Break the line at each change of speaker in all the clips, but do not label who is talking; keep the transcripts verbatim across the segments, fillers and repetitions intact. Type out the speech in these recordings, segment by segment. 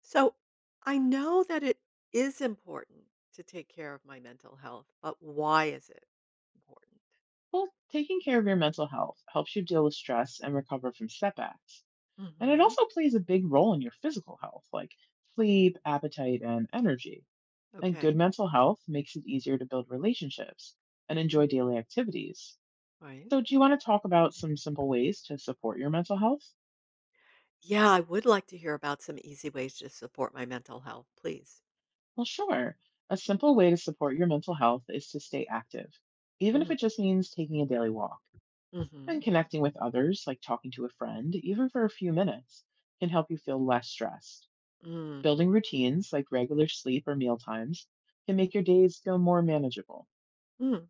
So I know that it is important to take care of my mental health, but why is it important?
Well, taking care of your mental health helps you deal with stress and recover from setbacks. And it
Hmm.
also plays a big role in your physical health, like sleep, appetite, and energy. And good
Okay.
mental health makes it easier to build relationships and
Mm.
enjoy daily activities.
Right.
So, do you want to talk about some simple ways to support your mental health?
Yeah, I would like to hear about some easy ways to support my mental health, please.
Well, sure. A simple way to support your mental health is to stay active, even if
Hmm.
it just means taking a daily walk.
Hmm.
And connecting with others, like talking to a friend, even for a few minutes, can help you feel less stressed. Building
Mm.
routines, like regular sleep or meal times, can make your days feel more manageable.
Mm.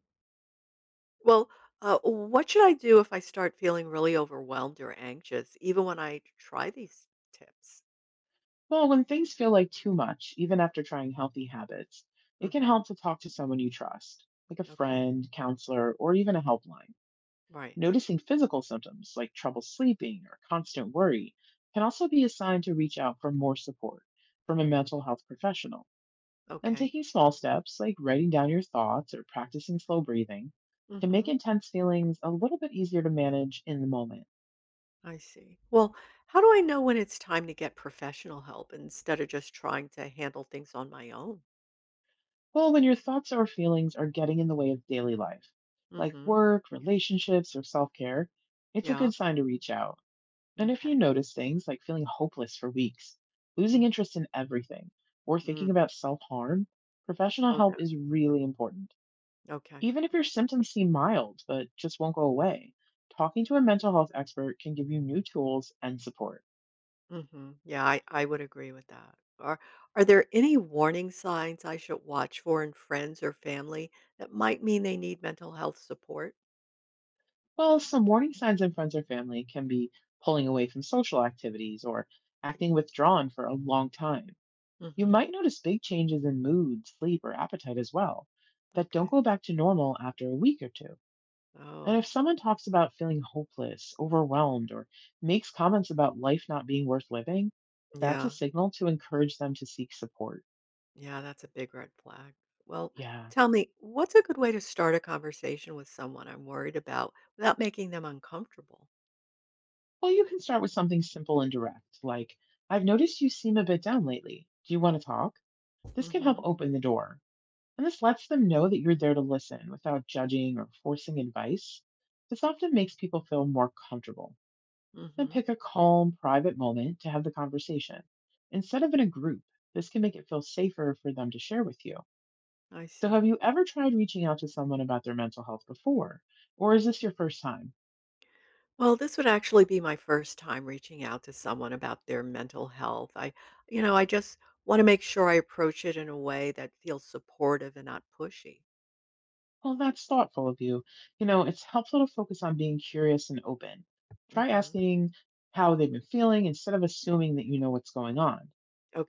Well, uh, what should I do if I start feeling really overwhelmed or anxious, even when I try these tips?
Well, when things feel like too much, even after trying healthy habits, it can
Hmm.
help to talk to someone you trust, like a
Okay.
friend, counselor, or even a helpline.
Right.
Noticing physical symptoms like trouble sleeping or constant worry can also be a sign to reach out for more support from a
Hmm.
mental health professional. And
Okay.
taking small steps, like writing down your thoughts or practicing slow breathing, can make
Hmm.
intense feelings a little bit easier to manage in the moment.
I see. Well, how do I know when it's time to get professional help instead of just trying to handle things on my own?
Well, when your thoughts or feelings are getting in the way of daily life, like
Mm-hmm.
work, relationships, or self care, it's a good
Yeah.
sign to reach out. And if you
Okay.
notice things like feeling hopeless for weeks, losing interest in everything, or
Mm-hmm.
thinking about self harm, professional
Oh,
help
no.
is really important.
Okay.
Even if your symptoms seem mild but just won't go away, talking to a mental health expert can give you new tools and support.
Mm-hmm. Yeah, I, I would agree with that. Are are there any warning signs I should watch for in friends or family that might mean they need mental health support?
While some warning signs in friends or family can be pulling away from social activities or acting withdrawn for a long time, you
Mm-hmm.
might notice big changes in mood, sleep, or appetite as well that don't
Okay.
go back to normal after a week or two. And if
Oh,
someone talks about feeling hopeless, overwhelmed, or makes comments about life not being worth living, that's a
yeah.
signal to encourage them to seek support.
Yeah, that's a big red flag. Well,
Yeah.
tell me, what's a good way to start a conversation with someone I'm worried about without making them uncomfortable?
Well, you can start with something simple and direct, like, I've noticed you seem a bit down lately. Do you want to talk? This can help
Mhm.
open the door. And this lets them know that you're there to listen without judging or forcing advice. This often makes people feel more comfortable. Then
Mhm.
pick a calm, private moment to have the conversation. Instead of in a group, this can make it feel safer for them to share with you.
I
So, have
see.
you ever tried reaching out to someone about their mental health before? Or is this your first time?
Well, this would actually be my first time reaching out to someone about their mental health. I, you know, I just want to make sure I approach it in a way that feels supportive and not pushy.
Well, that's thoughtful of you. You know, it's helpful to focus on being curious and open. Try
Mhm.
asking how they've been feeling instead of assuming that you know what's going on.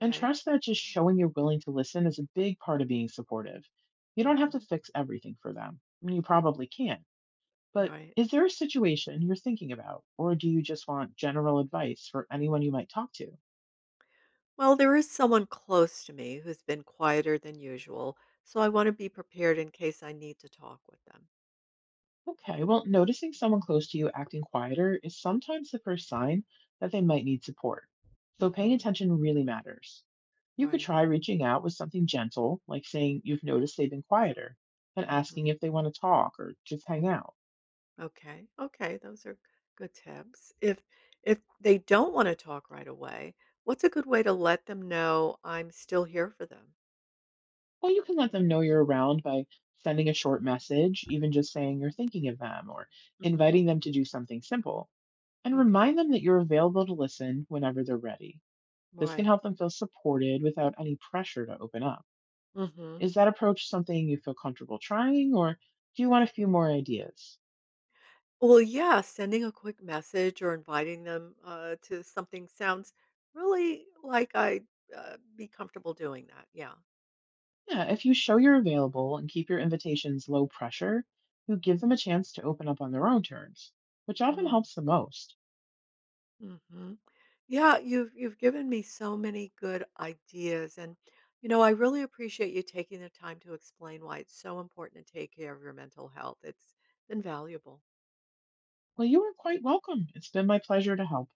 And trust that just showing you're willing to listen is a big part of being supportive. You don't have to
Mhm.
fix everything for them. I mean, you probably can. Not But
Right.
is there a situation you're thinking about, or do you just want general advice for anyone you might talk to?
Well, there is someone close to me who's been quieter than usual, so I want to be prepared in case I need to talk with them.
Okay, well, noticing someone close to you acting quieter is sometimes the first sign that they might need support. So paying
Hmm.
attention really matters. You could
Right.
try reaching out with something gentle, like saying you've noticed they've been quieter and
Hmm.
asking if they want to talk or just hang out.
Okay. Okay. Those are good tips. If if they don't want to talk right away, what's a good way to let them know I'm still here for them?
Or you can let them know you're around by sending a short message, even just saying you're thinking of them or
Hmm.
inviting them to do something simple. And
Okay.
remind them that you're available to listen whenever they're ready. This can
Right.
help them feel supported without any pressure to open up.
Hmm.
Is that approach something you feel comfortable trying, or do you want a few more ideas?
Well, yeah, sending a quick message or inviting them uh, to something sounds really like I uh, be comfortable doing that. Yeah.
Yeah, if you show you're available and keep your invitations low pressure, you give them a
Hmm.
chance to open up on their own terms, which often
Mm.
helps the most.
Mhm. Yeah, you've you've given me so many good ideas and you know, I really appreciate you taking the time to explain why it's so important to take care of your mental health. It's invaluable.
Well, you are quite welcome. It's been my pleasure to help.